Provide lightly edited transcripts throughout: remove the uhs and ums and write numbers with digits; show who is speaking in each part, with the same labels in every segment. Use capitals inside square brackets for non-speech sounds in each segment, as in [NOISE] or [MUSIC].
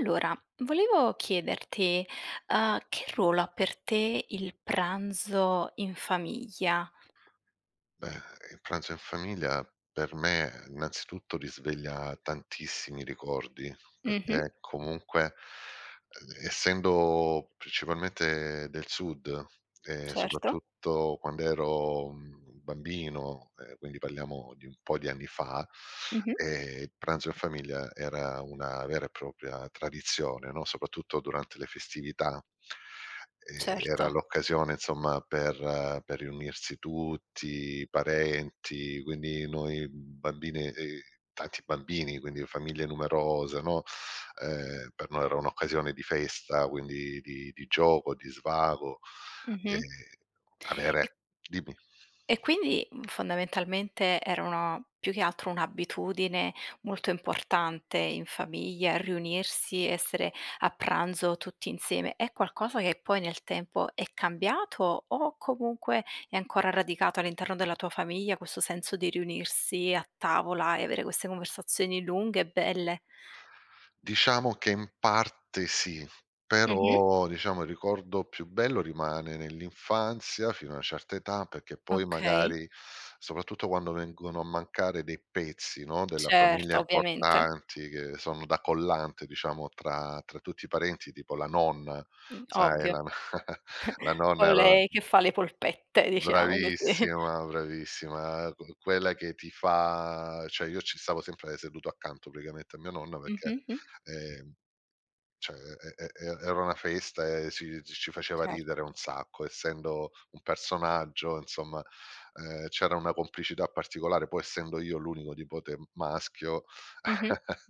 Speaker 1: Allora, volevo chiederti, che ruolo ha per te il pranzo in famiglia?
Speaker 2: Beh, il pranzo in famiglia per me innanzitutto risveglia tantissimi ricordi,
Speaker 1: Mh-mh,
Speaker 2: perché comunque, essendo principalmente del sud e
Speaker 1: certo.
Speaker 2: soprattutto quando ero, bambino, quindi parliamo di un po' di anni fa,
Speaker 1: Mh-mh,
Speaker 2: il pranzo in famiglia era una vera e propria tradizione, no, soprattutto durante le festività. Era
Speaker 1: certo.
Speaker 2: l'occasione insomma per riunirsi tutti, i parenti, quindi noi bambine tanti bambini, quindi famiglie numerose, no, per noi era un'occasione di festa, quindi di gioco, di svago. Ehm,
Speaker 1: Mh-mh.
Speaker 2: avere Dimmi.
Speaker 1: E quindi, fondamentalmente era una più che altro un'abitudine molto importante in famiglia, riunirsi, essere a pranzo tutti insieme. È qualcosa che poi nel tempo è cambiato o comunque è ancora radicato all'interno della tua famiglia questo senso di riunirsi a tavola e avere queste conversazioni lunghe e belle?
Speaker 2: Diciamo che in parte sì,
Speaker 1: Mh-mh.
Speaker 2: però diciamo il ricordo più bello rimane nell'infanzia fino a una certa età, perché poi
Speaker 1: Okay.
Speaker 2: magari, soprattutto quando vengono a mancare dei pezzi, no, della famiglia
Speaker 1: Certo, ovviamente.
Speaker 2: importanti che sono da collante diciamo tra tutti i parenti, tipo la nonna, sai
Speaker 1: Ovvio.
Speaker 2: la [LAUGHS] no, la
Speaker 1: [LAUGHS]
Speaker 2: nonna
Speaker 1: Con
Speaker 2: era una
Speaker 1: lei che fa le polpette, diciamo così. [LAUGHS]
Speaker 2: bravissima, bravissima, q quella che ti fa, cioè io ci stavo sempre seduto accanto praticamente a mia nonna perché,
Speaker 1: Mh-mh.
Speaker 2: ehm cioè era una festa e ci faceva
Speaker 1: Certo.
Speaker 2: ridere un sacco, essendo un personaggio insomma, c'era una complicità particolare, poi essendo io l'unico nipote maschio,
Speaker 1: Mh-mh.
Speaker 2: [LAUGHS]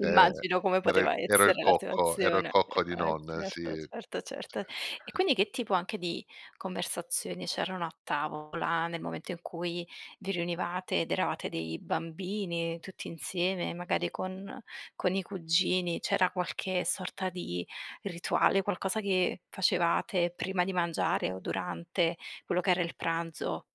Speaker 2: ehm,
Speaker 1: come
Speaker 2: era il
Speaker 1: poteva
Speaker 2: ero il
Speaker 1: essere la
Speaker 2: cocco ero il
Speaker 1: situazione.
Speaker 2: cocco di nonna, sì.
Speaker 1: Certo, certo, certo.
Speaker 2: Cioè.
Speaker 1: E quindi che tipo anche di conversazioni c'erano a tavola nel momento in cui vi riunivate ed eravate dei bambini tutti insieme, magari con i cugini? C'era qualche sorta di rituale, qualcosa che facevate prima di mangiare o durante quello che era il pranzo?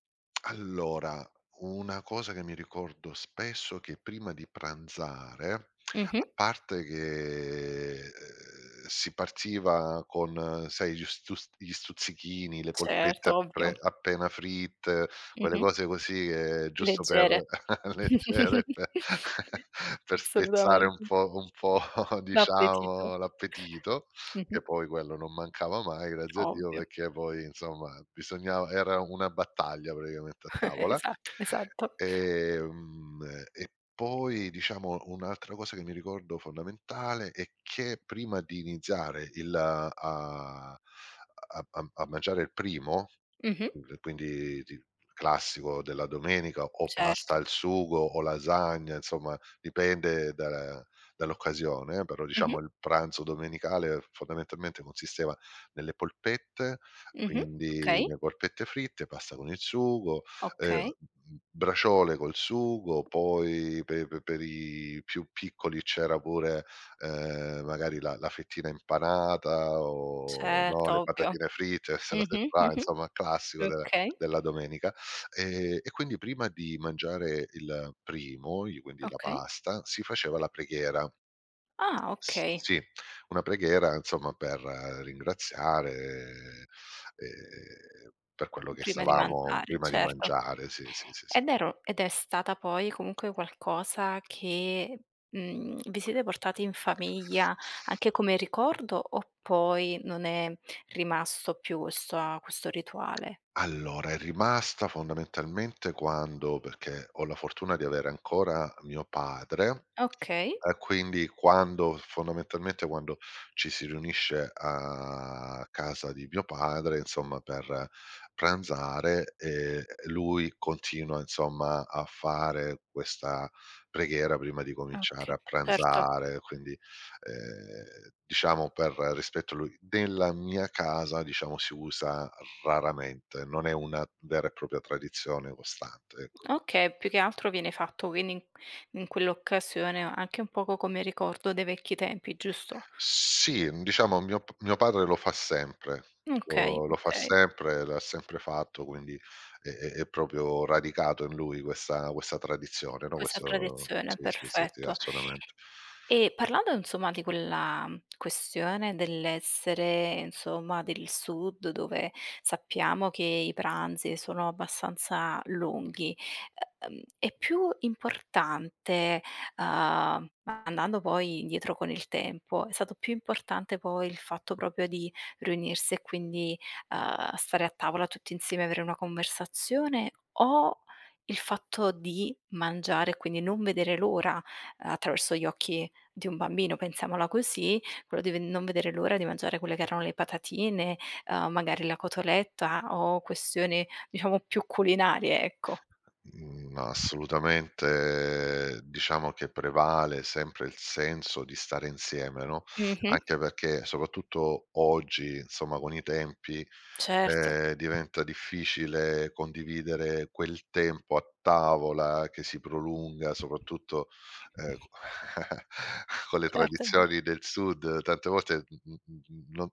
Speaker 2: Allora, una cosa che mi ricordo spesso è che prima di pranzare,
Speaker 1: Mh-mh.
Speaker 2: a parte che, si partiva con, sai, gli stuzzichini, le polpette
Speaker 1: Certo,
Speaker 2: appre
Speaker 1: ovvio.
Speaker 2: appena fritte, quelle
Speaker 1: Mh-mh.
Speaker 2: cose così che giusto per
Speaker 1: Leggere.
Speaker 2: [LAUGHS] leggere, per
Speaker 1: [LAUGHS]
Speaker 2: [LAUGHS] per spezzare un
Speaker 1: Assolutamente,
Speaker 2: po' un po' [LAUGHS]
Speaker 1: d'appetito.
Speaker 2: diciamo l'appetito, che
Speaker 1: Mh-mh.
Speaker 2: poi quello non mancava mai, grazie a Dio,
Speaker 1: Ovvio,
Speaker 2: perché poi insomma bisognava era una battaglia praticamente a
Speaker 1: [LAUGHS]
Speaker 2: tavola.
Speaker 1: esatto, esatto.
Speaker 2: Ehm, e poi diciamo un'altra cosa che mi ricordo fondamentale è che prima di iniziare il a a a a mangiare il primo,
Speaker 1: Mh-mh.
Speaker 2: quindi ti classico della domenica, o pasta
Speaker 1: Certo.
Speaker 2: al sugo o lasagna, insomma dipende da dall'occasione, però
Speaker 1: Mh-mh,
Speaker 2: diciamo il pranzo domenicale fondamentalmente consisteva nelle polpette,
Speaker 1: mh-mh.
Speaker 2: quindi
Speaker 1: Okay,
Speaker 2: le polpette fritte, pasta con il sugo,
Speaker 1: okay.
Speaker 2: braciole col sugo, poi pe pe per i più piccoli c'era pure, magari la fettina impanata o no,
Speaker 1: Certo,
Speaker 2: le
Speaker 1: ovvio.
Speaker 2: patatine fritte, queste cose
Speaker 1: Mh-mh,
Speaker 2: qua,
Speaker 1: mh-mh.
Speaker 2: insomma classico della
Speaker 1: Okay,
Speaker 2: della domenica. E quindi prima di mangiare il primo, i quindi la
Speaker 1: okay.
Speaker 2: pasta, si faceva la preghiera.
Speaker 1: Ah,
Speaker 2: S
Speaker 1: okay.
Speaker 2: sì, una preghiera insomma per ringraziare, per quello che
Speaker 1: Prima di
Speaker 2: stavamo
Speaker 1: mangiare,
Speaker 2: prima di
Speaker 1: certo.
Speaker 2: mangiare, sì, sì, sì, sì.
Speaker 1: Ed ero ed è stata poi comunque qualcosa che, vi siete portati in famiglia anche come ricordo o poi non è rimasto più questa questo rituale?
Speaker 2: Allora, è rimasta fondamentalmente quando perché ho la fortuna di avere ancora mio padre.
Speaker 1: Okay,
Speaker 2: E quindi quando ci si riunisce a casa di mio padre, insomma, per pranzare, lui continua, insomma, a fare questa preghiera prima di cominciare a
Speaker 1: okay, certo.
Speaker 2: pranzare, quindi, diciamo per rispetto a lui. Nella mia casa, diciamo, si usa raramente, non è una vera e propria tradizione costante, ecco.
Speaker 1: Okay, più che altro viene fatto quindi in in quell'occasione anche un poco come ricordo dei vecchi tempi, giusto?
Speaker 2: Sì, diciamo mio padre lo fa sempre,
Speaker 1: Okay,
Speaker 2: lo fa
Speaker 1: okay.
Speaker 2: sempre, l'ha sempre fatto, quindi è proprio radicato in lui questa tradizione, no,
Speaker 1: Questa
Speaker 2: questo
Speaker 1: tradizione,
Speaker 2: sì, sì, sì, sì,
Speaker 1: perfetto.
Speaker 2: assolutamente.
Speaker 1: E parlando insomma di quella questione dell'essere insomma del sud dove sappiamo che i pranzi sono abbastanza lunghi, è più importante, andando poi indietro con il tempo, è stato più importante poi il fatto proprio di riunirsi e quindi, stare a tavola tutti insieme, avere una conversazione o il fatto di mangiare e quindi non vedere l'ora attraverso gli occhi di un bambino, pensiamola così, quello di ve non vedere l'ora di mangiare quelle che erano le patatine, magari la cotoletta o questioni diciamo più culinarie, ecco.
Speaker 2: Mhmm, Assolutamente, diciamo che prevale sempre il senso di stare insieme, no,
Speaker 1: Mh-mh,
Speaker 2: anche perché soprattutto oggi, insomma, con i tempi,
Speaker 1: certo.
Speaker 2: diventa difficile condividere quel tempo a tavola che si prolunga, soprattutto, co [LAUGHS] con le
Speaker 1: Certo,
Speaker 2: tradizioni del sud, tante volte, non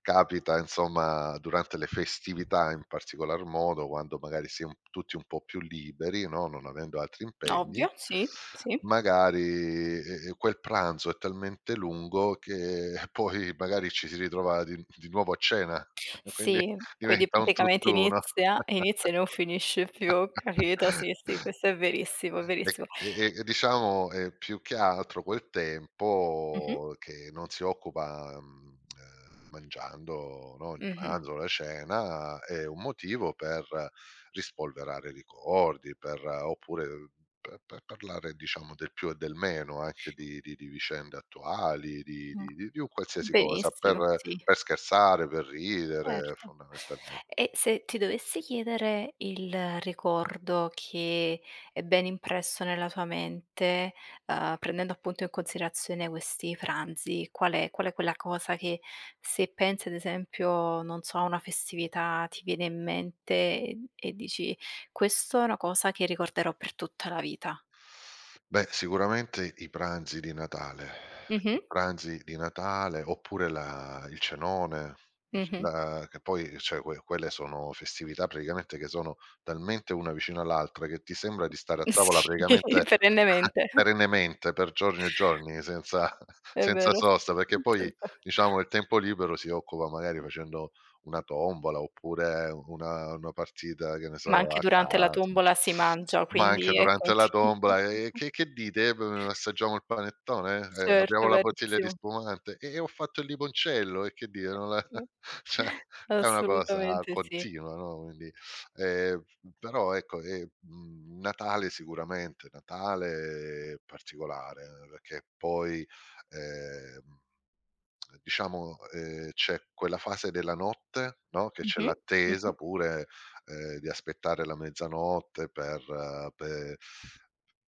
Speaker 2: capita insomma durante le festività in particolar modo, quando magari si è un tutti un po' più liberi, no, non avendo altri impegni,
Speaker 1: ovvio, sì, sì.
Speaker 2: magari, quel pranzo è talmente lungo che [LAUGHS] poi magari ci si ritrova di nuovo a cena, [LAUGHS] quindi
Speaker 1: Sì, quindi
Speaker 2: diventa un
Speaker 1: praticamente
Speaker 2: tutt'uno.
Speaker 1: inizia inizia e
Speaker 2: [LAUGHS]
Speaker 1: non finisce più, capito? Sì, sì, questo è verissimo, è
Speaker 2: E
Speaker 1: verissimo.
Speaker 2: e e diciamo, più che altro quel
Speaker 1: Mh-mh,
Speaker 2: tempo che non si occupa, mangiando, no, il
Speaker 1: mh-mh,
Speaker 2: pranzo, la cena, è un motivo per rispolverare ricordi, per oppure per parlare diciamo del più e del meno, anche di vicende attuali,
Speaker 1: mh.
Speaker 2: di un qualsiasi cosa,
Speaker 1: Benissimo,
Speaker 2: per
Speaker 1: sì.
Speaker 2: per scherzare, per ridere
Speaker 1: Certo.
Speaker 2: fondamentalmen
Speaker 1: E se ti dovessi chiedere il ricordo che è ben impresso nella tua mente, prendendo appunto in considerazione questi pranzi, qual è quella cosa che se pensi ad esempio, non so, a una festività ti viene in mente e dici: "Questo è una cosa che ricorderò per tutta la vita"?
Speaker 2: Beh, sicuramente i pranzi di Natale.
Speaker 1: Mh-mh,
Speaker 2: I pranzi di Natale, oppure la il cenone, il
Speaker 1: mh-mh.
Speaker 2: la che poi cioè quelle sono festività praticamente che sono talmente una vicino all'altra che ti sembra di stare a
Speaker 1: [LAUGHS]
Speaker 2: tavola
Speaker 1: Sì,
Speaker 2: praticamente
Speaker 1: perennemente.
Speaker 2: [LAUGHS] perennemente per giorni e giorni senza [LAUGHS]
Speaker 1: È
Speaker 2: senza
Speaker 1: vero.
Speaker 2: sosta, perché poi
Speaker 1: Certo.
Speaker 2: diciamo il tempo libero si occupa magari facendo una tombola, oppure una partita, che ne
Speaker 1: Ma
Speaker 2: so,
Speaker 1: anche
Speaker 2: a
Speaker 1: durante la
Speaker 2: calcio,
Speaker 1: tombola si mangia,
Speaker 2: ma anche
Speaker 1: quindi è [LAUGHS]
Speaker 2: durante la
Speaker 1: continuo.
Speaker 2: tombola: Che dite? B Assaggiamo il panettone? Apriamo
Speaker 1: Certo,
Speaker 2: la bottiglia di
Speaker 1: verissimo.
Speaker 2: spumante? E ho fatto il limoncello, e che dite? Non la" [LAUGHS] cioè è una cosa
Speaker 1: Assolutamente sì.
Speaker 2: continua, no, quindi ehm, però ecco, Natale sicuramente, Natale è particolare, perché poi, ehm diciamo, c'è quella fase della notte, no, che c'è
Speaker 1: Mh-mh,
Speaker 2: l'attesa
Speaker 1: mh-mh,
Speaker 2: pure, di aspettare la mezzanotte per pe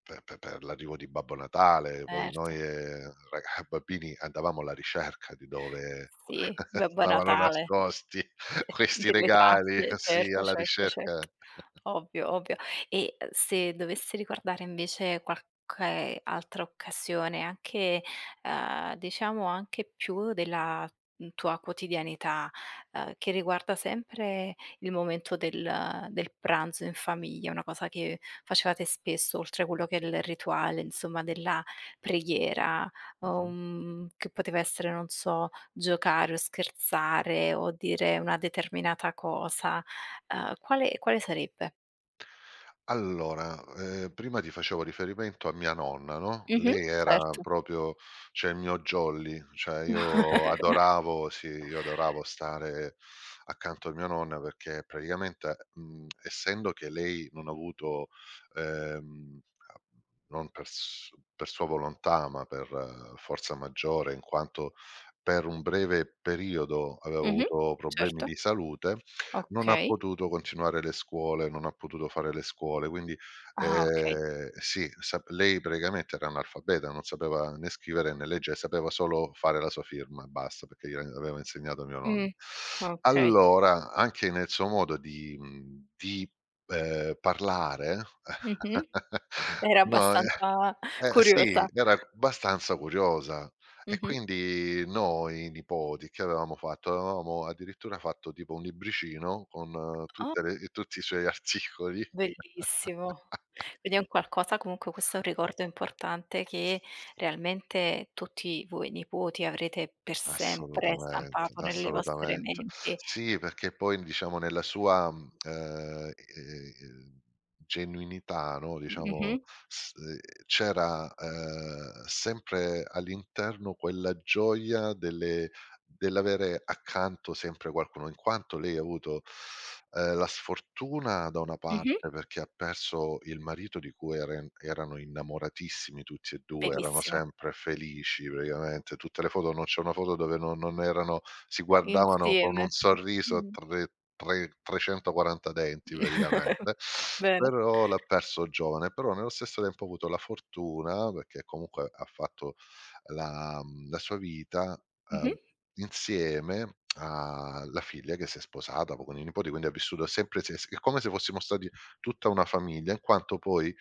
Speaker 2: pe pe per l'arrivo di Babbo Natale. Poi noi,
Speaker 1: certo.
Speaker 2: raga [LAUGHS] bambini, andavamo alla ricerca di dove
Speaker 1: Sì,
Speaker 2: [LAUGHS]
Speaker 1: Babbo
Speaker 2: stavano
Speaker 1: Natale. [LAUGHS]
Speaker 2: nascosti
Speaker 1: De
Speaker 2: questi
Speaker 1: delle
Speaker 2: regali,
Speaker 1: tracce,
Speaker 2: sì,
Speaker 1: certo,
Speaker 2: alla
Speaker 1: certo,
Speaker 2: ricerca,
Speaker 1: certo. Ovvio, ovvio. E, se dovessi ricordare invece qualche altra occasione, anche, diciamo anche più della, tua quotidianità, che riguarda sempre il momento del del pranzo in famiglia, una cosa che facevate spesso oltre quello che è il rituale, insomma, della preghiera,
Speaker 2: mh-mh.
Speaker 1: che poteva essere, non so. Giocare o scherzare o dire una determinata cosa, quale quale sarebbe?
Speaker 2: Allora, prima ti facevo riferimento a mia nonna, no,
Speaker 1: Mh-mh,
Speaker 2: lei era
Speaker 1: certo.
Speaker 2: proprio, cioè il mio jolly, cioè io
Speaker 1: [LAUGHS]
Speaker 2: adoravo, sì, io adoravo stare accanto a mia nonna, perché praticamente, essendo che lei non ha avuto, ehm, a non per sua volontà, ma per forza maggiore, in quanto per un breve periodo aveva
Speaker 1: Mh-mh,
Speaker 2: avuto problemi
Speaker 1: certo.
Speaker 2: di salute, non ha
Speaker 1: Okay.
Speaker 2: potuto continuare le scuole, non ha potuto fare le scuole, quindi,
Speaker 1: Ah, okay.
Speaker 2: sì, sap lei praticamente era analfabeta, non sapeva né scrivere né legge, sapeva solo fare la sua firma e basta, perché gliel'aveva insegnato mio
Speaker 1: Mh,
Speaker 2: nonno.
Speaker 1: okay.
Speaker 2: Allora, anche nel suo modo di, di, parlare,
Speaker 1: Mh-mh.
Speaker 2: [LAUGHS]
Speaker 1: Era
Speaker 2: no,
Speaker 1: abbastanza
Speaker 2: eh sì,
Speaker 1: curiosa.
Speaker 2: era abbastanza curiosa. E
Speaker 1: Mh-mh.
Speaker 2: quindi noi nipoti avevamo addirittura fatto tipo un libricino con
Speaker 1: Oh,
Speaker 2: tutte le e tutti i suoi [LAUGHS] articoli.
Speaker 1: bellissimo. Quindi è un qualcosa comunque questo è un ricordo importante che realmente tutti voi nipoti avrete per sempre
Speaker 2: Assolutamente,
Speaker 1: stampato nelle vostre
Speaker 2: assolutamente.
Speaker 1: menti.
Speaker 2: Sì, perché poi diciamo nella sua, genuinità, no,
Speaker 1: Mh-mh,
Speaker 2: diciamo, s c'era, sempre all'interno quella gioia delle dell'avere accanto sempre qualcuno, in quanto lei ha avuto, la sfortuna da una
Speaker 1: mh-mh.
Speaker 2: parte, perché ha perso il marito di cui erano innamoratissimi tutti e 2, erano
Speaker 1: Benissimo,
Speaker 2: sempre felici praticamente, tutte le foto, non c'è una foto dove non, non erano, si guardavano con
Speaker 1: insieme.
Speaker 2: un sorriso a
Speaker 1: Mh-mh.
Speaker 2: tre tre 340 denti
Speaker 1: [LAUGHS]
Speaker 2: praticamente,
Speaker 1: Bene.
Speaker 2: però l'ha perso giovane, però nello stesso tempo ha avuto la fortuna, perché comunque ha fatto la sua vita,
Speaker 1: Mh-mh.
Speaker 2: uhm insieme alla figlia che si è sposata, poi con i nipoti, quindi ha vissuto sempre, se s è come se fossimo stati tutta una famiglia, in quanto poi,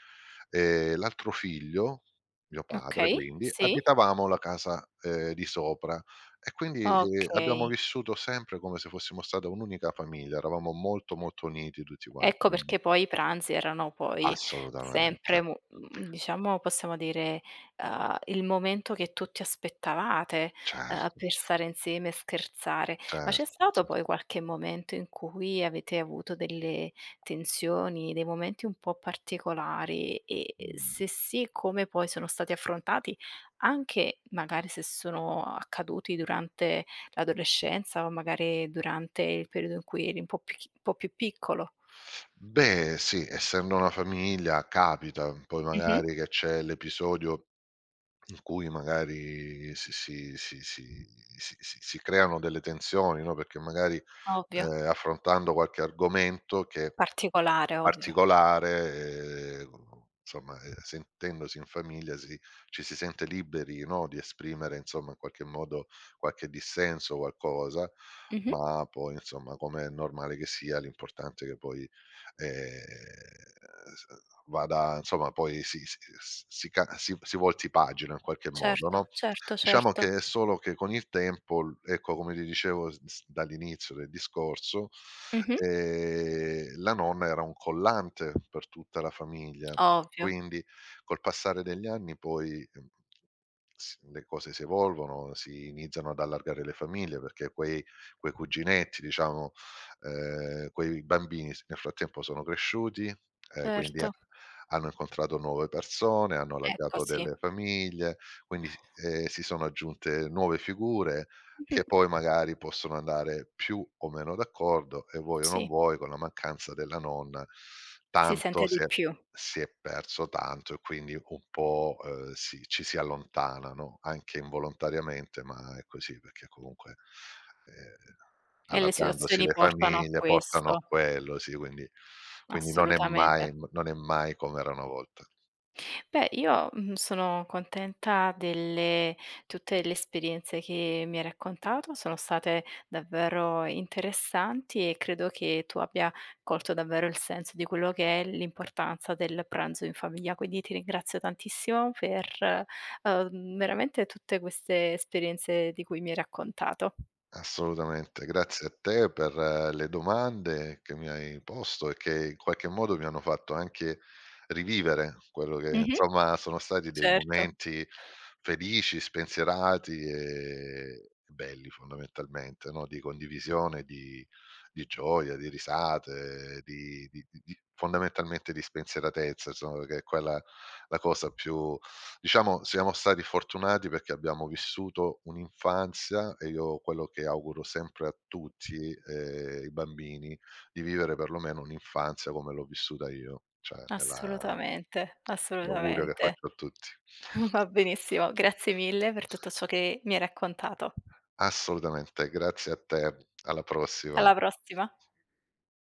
Speaker 2: l'altro figlio, mio padre
Speaker 1: Okay,
Speaker 2: quindi,
Speaker 1: sì.
Speaker 2: abitavamo la casa, di sopra, e quindi, abbiamo
Speaker 1: Okay.
Speaker 2: vissuto sempre come se fossimo stata un'unica famiglia, eravamo molto, molto uniti tutti quanti,
Speaker 1: Ecco
Speaker 2: quindi
Speaker 1: perché poi i pranzi erano poi
Speaker 2: assolutamente.
Speaker 1: sempre diciamo, possiamo dire, il momento che tutti aspettavate,
Speaker 2: Certo,
Speaker 1: per stare insieme e scherzare. Ma c'è
Speaker 2: certo,
Speaker 1: stato
Speaker 2: certo.
Speaker 1: poi qualche momento in cui avete avuto delle tensioni, dei momenti un po' particolari e
Speaker 2: Mh.
Speaker 1: se sì, come poi sono stati affrontati, anche magari se sono accaduti durante l'adolescenza o magari durante il periodo in cui eri un po' più chi un po' più piccolo?
Speaker 2: Beh, sì, essendo una famiglia capita, poi
Speaker 1: Mh-mh.
Speaker 2: magari che c'è l'episodio in cui magari si creano delle tensioni, no, perché magari,
Speaker 1: Ovvio,
Speaker 2: affrontando qualche argomento che
Speaker 1: particolare, ovvio.
Speaker 2: particolare, insomma, sentendosi in famiglia, ci si sente liberi, no, di esprimere insomma in qualche modo qualche dissenso, qualcosa,
Speaker 1: Mh-mh.
Speaker 2: ma poi insomma, come è normale che sia, l'importante è che poi, ehm, s vada insomma, poi si si s si ca si si volti pagina in qualche modo,
Speaker 1: Certo,
Speaker 2: no?
Speaker 1: certo,
Speaker 2: Diciamo
Speaker 1: certo.
Speaker 2: che è solo che con il tempo, l ecco, come ti dicevo s s dall'inizio del discorso,
Speaker 1: Mh-mh.
Speaker 2: la nonna era un collante per tutta la famiglia,
Speaker 1: Ovvio,
Speaker 2: quindi col passare degli anni poi, s le cose si evolvono, si iniziano ad allargare le famiglie, perché quei cuginetti, diciamo, quei bambini, s nel frattempo sono cresciuti, quindi ha
Speaker 1: certo.
Speaker 2: hanno incontrato nuove persone, hanno
Speaker 1: Ecco
Speaker 2: allargato
Speaker 1: sì.
Speaker 2: delle famiglie, quindi, si sono aggiunte nuove figure che
Speaker 1: Mh-mh.
Speaker 2: poi magari possono andare più o meno d'accordo, e vuoi o non
Speaker 1: Sì,
Speaker 2: vuoi, con la mancanza della nonna,
Speaker 1: si
Speaker 2: tanto,
Speaker 1: sente di più
Speaker 2: si è perso tanto, e quindi un po', ci si allontana, no, anche involontariamente, ma è così, perché comunque, ehm,
Speaker 1: e le
Speaker 2: allargandosi
Speaker 1: situazioni
Speaker 2: le
Speaker 1: portano a
Speaker 2: famiglie portano a
Speaker 1: questo,
Speaker 2: quello, sì, quindi non è
Speaker 1: assolutamente.
Speaker 2: mai, non è mai come era una volta.
Speaker 1: Beh, io, sono contenta delle tutte le esperienze che mi hai raccontato, sono state davvero interessanti e credo che tu abbia colto davvero il senso di quello che è l'importanza del pranzo in famiglia. Quindi ti ringrazio tantissimo per, veramente tutte queste esperienze di cui mi hai raccontato.
Speaker 2: Assolutamente, grazie a te per le domande che mi hai posto e che in qualche modo mi hanno fatto anche rivivere quello che
Speaker 1: Mh-mh,
Speaker 2: insomma sono stati dei
Speaker 1: certo,
Speaker 2: momenti felici, spensierati e belli, fondamentalmente, no, di condivisione, di gioia, di risate, di fondamentalmente di spensieratezza, insomma, che è quella la cosa più. Diciamo, siamo stati fortunati perché abbiamo vissuto un'infanzia, e io quello che auguro sempre a tutti, i bambini, di vivere perlomeno un'infanzia come l'ho vissuta io. Cioè nella
Speaker 1: assolutamente,
Speaker 2: L'augurio che
Speaker 1: assolutamente.
Speaker 2: faccio a tutti.
Speaker 1: [LAUGHS] Va benissimo, grazie mille per tutto ciò che mi hai raccontato.
Speaker 2: Assolutamente, grazie a te, alla prossima.
Speaker 1: Alla prossima.